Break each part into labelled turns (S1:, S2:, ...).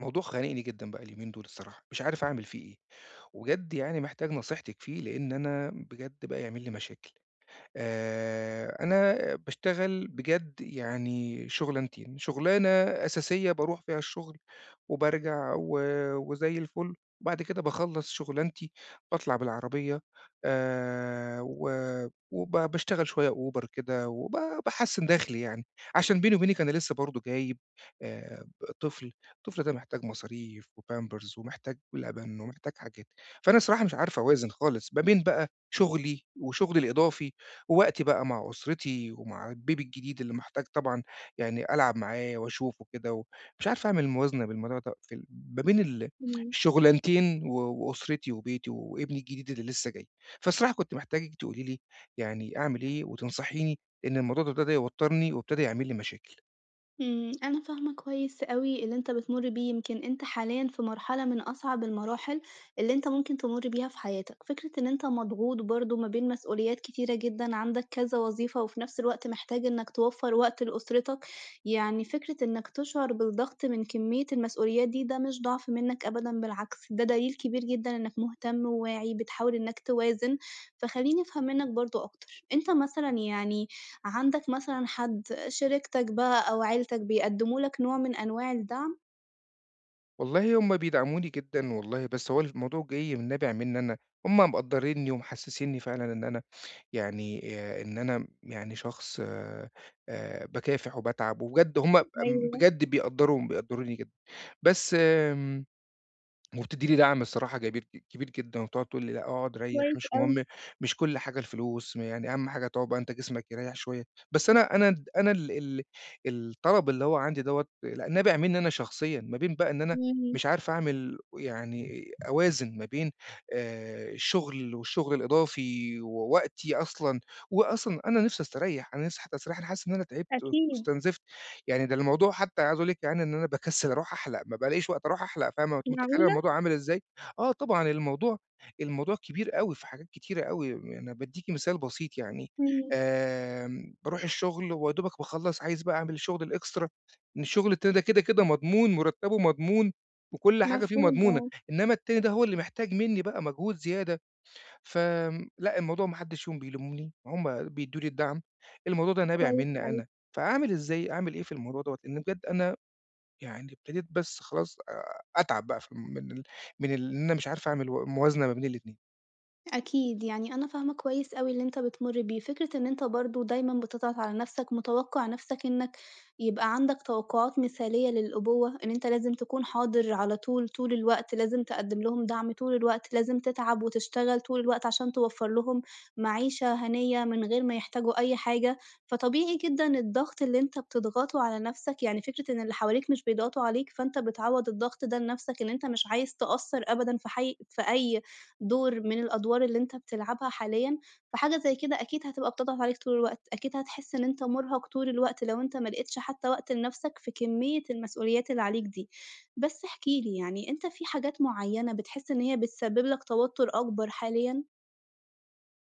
S1: موضوع خانقني جدًا بقى اليومين دول الصراحة، مش عارف أعمل فيه إيه، وبجد يعني محتاج نصيحتِك فيه لإن أنا بجد بقى يعمل لي مشاكل. أنا باشتغل بجد يعني شُغلانتين، شُغلانة أساسية باروح فيها الشُغل وبارجع وزي الفُل، وبعد كده باخلّص شُغلانتي باطلع بالعربية و وب باشتغل شوية Uber كده باحسّن دخلي يعني، عشان بيني وبينِك أنا لسّه برضه جايب ب طفل. الطفل ده محتاج مصاريف وpampers ومحتاج لبن ومحتاج حاجات، فأنا الصراحة مش عارف أوازن خالص ما بين بقى شُغلي وشُغلي الإضافي ووقتي بقى مع أسرتي ومع البيبي الجديد اللي محتاج طبعًا يعني ألعب معاه وأشوفه كده و مش عارف أعمل موازنة بالموضوع ده في ال ما بين ال
S2: إمم،
S1: الشغلانتين وأسرتي وبيتي وابني الجديد اللي لسه جاي. فالصراحة كنت محتاجِك تقولي لي يعني أعمل إيه وتنصحيني، لإن الموضوع ده ابتدى يوتّرني وابتدى يعمل لي مشاكل.
S2: إمم، أنا فاهمة كويس أوي اللي أنت بتمُر بيه، يمكن أنت حاليًا في مرحلة من أصعب المراحل اللي أنت ممكن تمُر بيها في حياتك، فكرة إن أنت مضغوط برضه ما بين مسؤوليات كتيرة جدًا، عندك كذا وظيفة، وفي نفس الوقت محتاج إنك توفّر وقت لأسرتك، يعني فكرة إنك تشعر بالضغط من كمية المسؤوليات دي، ده مش ضعف منك أبدًا بالعكس، ده دليل كبير جدًا إنك مهتم وواعي، بتحاول إنك توازن، فخلّيني أفهم منك برضه أكتر، أنت مثلًا يعني عندك مثلًا حد شريكتك بقى أو عيلتك بيقدّموا لك نوع من أنواع الدعم؟
S1: والله هم بيدعموني جدًا والله، بس هو الموضوع جاي نابع مني أنا، هم مقدّرينّي ومحسّسينّي فعلًا إن أنا يعني إن أنا يعني شخص باكافح وباتعب وبجد هم ب
S2: أيوه،
S1: بجد بيقدّروا بيقدّروني جدًا. بس آمم وبتدّي لي دعم الصراحة كبير جدًا، وبتقعد تقول لي: "لأ، اقعد ريّح
S2: كويس
S1: مش
S2: أوي،
S1: مهم مش كل حاجة الفلوس، يعني أهم حاجة تقعد بقى أنت جسمك يريّح شوية." بس أنا أنا د أنا ال ال الطلب اللي هو عندي دوّة لأ نابع منّي أنا شخصيًا، ما بين بقى إن أنا
S2: إمم،
S1: مش عارف أعمل يعني أوازن ما بين الشغل والشغل الإضافي ووقتي أصلًا، وأصلًا أنا نِفْسي أستريّح، أنا نِفْسي حتى أستريّح، أنا حاسس إن أنا تعبت
S2: أكيد،
S1: واستنزفت. يعني ده الموضوع حتى عايز أقول لِك يعني إن أنا باكسّل أروح أحلق، ما بالاقيش وقت أروح أحلق، فاهمة، أنتِ متخيّلة
S2: معقولة!
S1: الموضوع عامل إزاي؟ آه طبعًا الموضوع كبير أوي في حاجات كتيرة أوي، أنا بادّيكِ مثال بسيط يعني.
S2: إمم،
S1: باروح الشغل ويا دوبك باخلّص عايز بقى أعمل الشغل الإكسترا، إن الشغل التاني ده كده، كده مضمون، مرتّبه مضمون وكل حاجة فيه
S2: مفهوم
S1: مضمونة،
S2: آه،
S1: إنّما التاني ده هو اللي محتاج منّي بقى مجهود زيادة. لأ، الموضوع ما حدش فيهم بيلومني، هُم بيدّوا لي الدعم، الموضوع ده نابع
S2: كويس
S1: منّي
S2: أوي.
S1: أنا، فأعمل إزاي، أعمل إيه في الموضوع دوّة؟ لإن بجد أنا يعني ابتديت بس خلاص أتعب بقى في من ال من ال إن أنا مش عارف أعمل موازنة ما بين الاتنين.
S2: أكيد، يعني أنا فاهمة كويس أوي اللي أنت بتمُر بيه، فكرة إن أنت برضه دايمًا بتضغط على نَفْسك، متوقِّع نَفْسك إنّك يبقى عندك توقُّعات مثالية للأبوة، إن أنت لازم تكون حاضر على طول، طول الوقت، لازم تقدِّم لهم دعم طول الوقت، لازم تتعب وتشتغل طول الوقت عشان توفَّر لهم معيشة هنيّة من غير ما يحتاجوا أي حاجة، فطبيعي جدًا الضغط اللي أنت بتضغطه على نَفْسك، يعني فكرة إن اللي حواليك مش بيضغطوا عليك، فأنت بتعوّض الضغط ده لنَفْسك إن أنت مش عايز تقصّر أبدًا في أي دور من الأدوار اللي أنت بتلعبها حاليًا، فحاجة زي كده أكيد هتبقى بتضغط عليك طول الوقت، أكيد هتحس إن أنت مرهق طول الوقت لو أنت ما لقيتش حتى وقت لنفسك في كمية المسؤوليات اللي عليك دي. بس احكِ لي يعني أنت في حاجات معينة بتحس إن هي بتسبب لك توتر أكبر حاليًا؟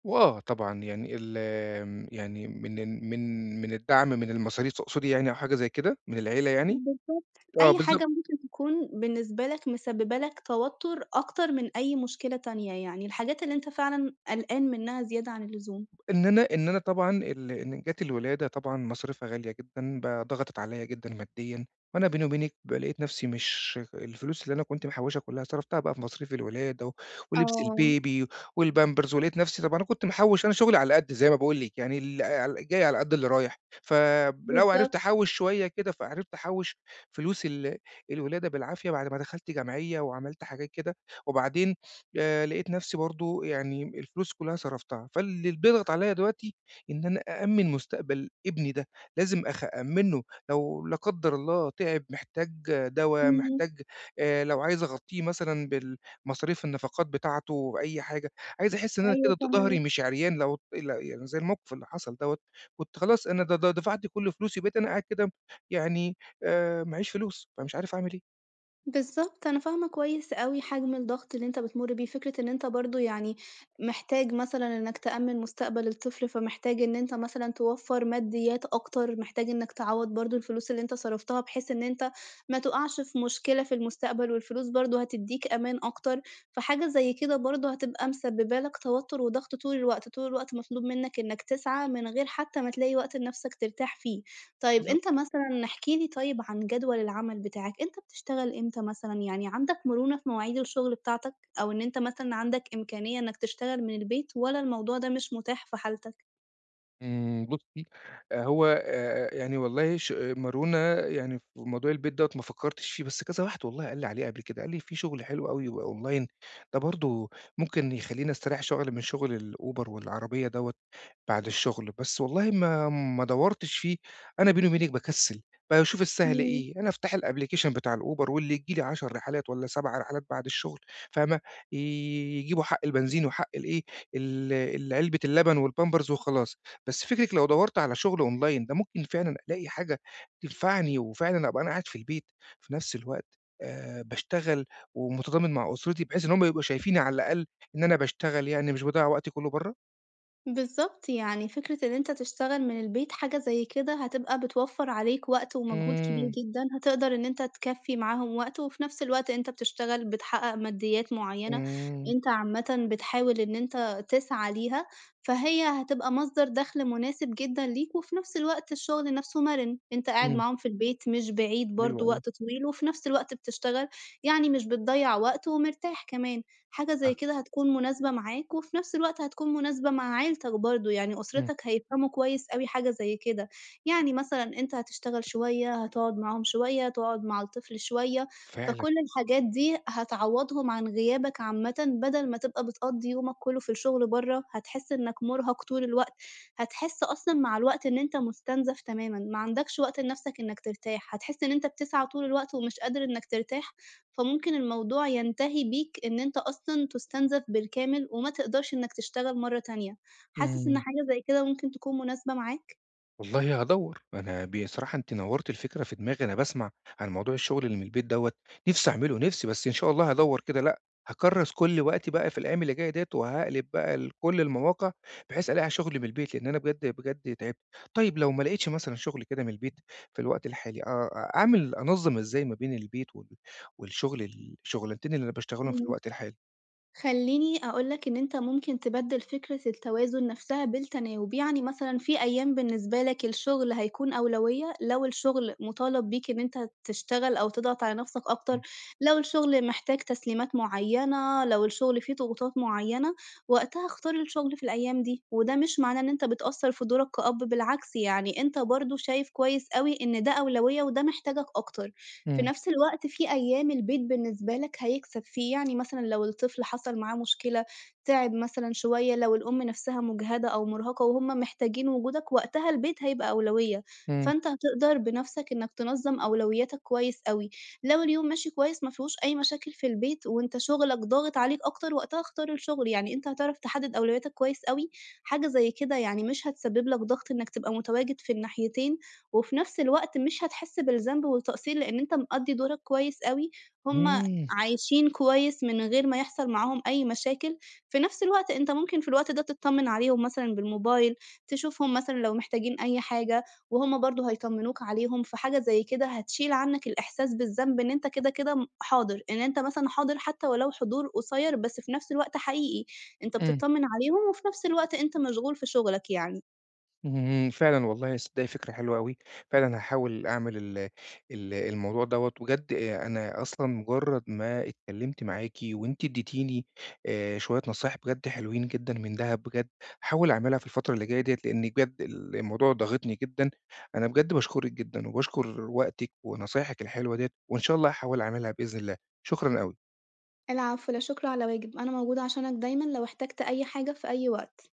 S1: وآه طبعًا يعني ال آمم يعني من الدعم من المصاريف تقصدي يعني أو حاجة زي كده، من العيلة يعني؟
S2: بالضبط،
S1: آه
S2: أي
S1: بالضبط.
S2: حاجة ممكن تكون بالنسبة لك مسببة لك توتر أكتر من أي مشكلة تانية، يعني الحاجات اللي أنت فعلًا قلقان منها زيادة عن اللزوم.
S1: إن أنا طبعًا إن جات الولادة طبعًا مصاريفها غالية جدًا، بقى ضغطت عليّا جدًا ماديًا، وأنا بيني وبينِك بقى لقيت نفسي مش الفلوس اللي أنا كنت محوّشها كلّها صرفتها بقى في مصاريف الولادة ولبس
S2: آه،
S1: البيبي والبامبرز، ولقيت نفسي طب أنا كنت محوّش أنا شغلي على قد زي ما باقول لِك، يعني ال ال جاي على قد اللي رايح، فلو عرفت
S2: بالضبط،
S1: أحوّش شوية كده، فعرفت أحوّش فلوس الولادة بالعافية بعد ما دخلت جمعية وعملت حاجات كده، وبعدين لقيت نفسي برضه يعني الفلوس كلّها صرفتها، فاللي بيضغط عليّا دلوقتي إن أنا أأمِّن مستقبل ابني ده، لازم أأمِّنه لو لا قدّر الله تعب، محتاج دوا،
S2: إمم،
S1: محتاج لو عايز أغطّيه مثلًا بالمصاريف النفقات بتاعته، أي حاجة، عايز أحس إن أنا كده
S2: أيوه
S1: ضهري
S2: فاهماك.
S1: مش عريان لو لا يعني زي الموقف اللي حصل دوّة، كنت خلاص أنا د د دفعت كل فلوسي، بقيت أنا قاعد كده يعني معييش فلوس، فمش عارف أعمل
S2: بالضبط، أنا فاهمة كويس أوي حجم الضغط اللي أنت بتمُر بيه، فكرة إن أنت برضه يعني محتاج مثلًا إنك تأمِّن مستقبل الطفل، فمحتاج إن أنت مثلًا توفّر ماديات أكتر، محتاج إنك تعوّض برضه الفلوس اللي أنت صرفتها، بحيث إن أنت ما تُقعش في مشكلة في المستقبل، والفلوس برضه هتدّيك أمان أكتر، فحاجة زي كده برضه هتبقى مسبّبة لك توتُّر وضغط طول الوقت، طول الوقت مطلوب منك إنك تسعى من غير حتى ما تلاقي وقت لنَفْسك ترتاح فيه. طيب
S1: إيه.
S2: أنت مثلًا احكِ لي طيب عن جدول العمل بتاعك، أنت بتشتغل إمتى مثلًا؟ يعني عندك مرونة في مواعيد الشغل بتاعتك، أو إن أنت مثلًا عندك إمكانية إنك تشتغل من البيت والّا الموضوع ده مش متاح في حالتك؟
S1: إمم، بُصّي، هو يعني والله مارونة يعني في موضوع البيت دوّة ما فكّرتش فيه، بس كذا واحد والله قال لي عليه قبل كده، قال لي في شُغل حلو أوي يبقى أونلاين، ده برضه ممكن يخلّيني أستريّح شُغل من شُغل الأوبر والعربية دوّة بعد الشُغل، بس والله ما دوّرتش فيه، أنا بيني وبينِك باكسّل، باشوف السهل
S2: إمم.
S1: إيه، أنا أفتح الapplication بتاع الأوبر واللي ييجي لي 10 رحلات والّا 7 رحلات بعد الشُغل فاهمة، ي يجيبوا حق البنزين وحق الإيه، ال ال علبة اللبن والpampers وخلاص، بس فكرِك لو دَوّرت على شُغل أونلاين ده ممكن فعلًا ألاقي حاجة تنفعني وفعلًا أبقى أنا قاعد في البيت في نفس الوقت باشتغل ومتضامن مع أسرتي، بحيث إن هم يبقوا شايفيني على الأقل إن أنا باشتغل يعني مش باضيّع وقتي كُلّه برّه؟
S2: بالضبط، يعني فكرة إن أنت تشتغل من البيت حاجة زي كده هتبقى بتوفّر عليك وقت ومجهود كبير
S1: إمم،
S2: جدًا، هتقدر إن أنت تكفّي معاهم وقت، وفي نفس الوقت أنت بتشتغل بتحقق ماديات
S1: إمم،
S2: معيّنة،
S1: إمم.
S2: أنت عامةً بتحاول إن أنت تسعى ليها، فهي هتبقى مصدر دخل مناسب جدًا ليك، وفي نفس الوقت الشغل نفسه مَرِن، أنت قاعد
S1: إمم،
S2: معاهم في البيت مش بعيد
S1: حلو
S2: برضه
S1: أوي،
S2: وقت طويل، وفي نفس الوقت بتشتغل، يعني مش بتضيّع وقت ومرتاح كمان. حاجة زي
S1: آه،
S2: كده هتكون مناسبة معاك، وفي نفس الوقت هتكون مناسبة مع عيلتك برضه، يعني
S1: إمم،
S2: أسرتك هيفهموا كويس أوي حاجة زي كده، يعني مثلًا أنت هتشتغل شوية، هتقعد معاهم شوية، تقعد مع الطفل شوية،
S1: فعلًا،
S2: فكل الحاجات دي هتعوضهم عن غيابك عامةً، بدل ما تبقى بتقضّي يومك كله في الشغل برّه، هتحس إنك مرهق طول الوقت، هتحس أصلًا مع الوقت إن أنت مُستنزف تمامًا، ما عندكش وقت لنفسك إنك ترتاح، هتحس إن أنت بتسعى طول الوقت ومش قادر إنك ترتاح، فممكن الموضوع ينتهي بيك إن أنت أصلًا تُستنزف بالكامل وما تقدرش إنّك تشتغل مرّة تانية. حاسس إن
S1: إمم.
S2: حاجة زي كده ممكن تكون مناسبة معاك؟
S1: والله هادوّر، أنا بصراحة أنتِ نوّرتِ الفكرة في دماغي، أنا باسمع عن موضوع الشغل اللي من البيت دوّة، نِفْسي أعمله نِفْسي، بس إن شاء الله هادوّر كده لأ، هاكرّس كل وقتي بقى في الأيام اللي جاية ديّة، وهاقلب بقى لكل المواقع بحيث ألاقي شغل من البيت، لإن أنا بجد بجد تعبت. طيب لو ما لقيتش مثلًا شغل كده من البيت في الوقت الحالي، أعمل أنظّم إزاي ما بين البيت وال والشغل ال الشغلانتين اللي أنا باشتغلهم في الوقت الحالي؟
S2: خلّيني أقول لك إن أنت ممكن تبدِّل فكرة التوازن نفسها بالتناوب، يعني مثلًا في أيام بالنسبة لك الشغل هيكون أولوية، لو الشغل مطالب بيك إن أنت تشتغل أو تضغط على نفسك أكتر،
S1: إمم،
S2: لو الشغل محتاج تسليمات معيّنة، لو الشغل فيه ضغوطات معيّنة، وقتها اختار الشغل في الأيام دي، وده مش معناه إن أنت بتقصّر في دورك كأب، بالعكس يعني أنت برضه شايف كويس أوي إن ده أولوية وده محتاجك أكتر. في
S1: إمم،
S2: نفس الوقت في أيام البيت بالنسبة لك هيكسب فيه، يعني مثلًا لو الطفل حصل معاه مشكلة، تعب مثلًا شوية، لو الأم نفسها مُجهدة أو مُرهقة وهُم محتاجين وجودك، وقتها البيت هيبقى أولوية،
S1: إمم.
S2: فأنت هتقدر بنفسك إنك تنظّم أولوياتك كويس أوي، لو اليوم ماشي كويس ما فيهوش أي مشاكل في البيت وأنت شغلك ضاغط عليك أكتر، وقتها اختار الشغل، يعني أنت هتعرف تحدد أولوياتك كويس أوي، حاجة زي كده يعني مش هتسبب لك ضغط إنك تبقى متواجد في الناحيتين، وفي نفس الوقت مش هتحس بالذنب والتقصير، لإن أنت مقضّي دورك كويس أوي، هُم
S1: إمم.
S2: عايشين كويس من غير ما يحصل معاهم أي مشاكل، في نفس الوقت أنت ممكن في الوقت ده تتطمن عليهم مثلًا بالموبايل، تشوفهم مثلًا لو محتاجين أي حاجة، وهُم برضه هيطمنوك عليهم، فحاجة زي كده هتشيل عنك الإحساس بالذنب إن أنت كده، كده حاضر، إن أنت مثلًا حاضر حتى ولو حضور قصير، بس في نفس الوقت حقيقي، أنت
S1: إمم.
S2: بتطمن عليهم وفي نفس الوقت أنت مشغول في شغلك يعني.
S1: اهم، فعلًا والله تصدّقي فكرة حلوة أوي، فعلًا هاحاول أعمل ال ال الموضوع دوّة، بجد أنا أصلًا مجرّد ما اتكلّمت معاكِ وأنتِ ادّيتيني شوية نصايح بجد حلوين جدًا من دهب بجد، هاحاول أعملها في الفترة اللي جاية ديّة، لإن بجد الموضوع ضاغطني جدًا، أنا بجد باشكرِك جدًا وباشكر وقتِك ونصايحِك الحلوة ديّة، وإن شاء الله هاحاول أعملها بإذن الله، شكرًا أوي.
S2: العفو، لا شكر على واجب، أنا موجودة عشانك دايمًا لو احتجت أي حاجة في أي وقت.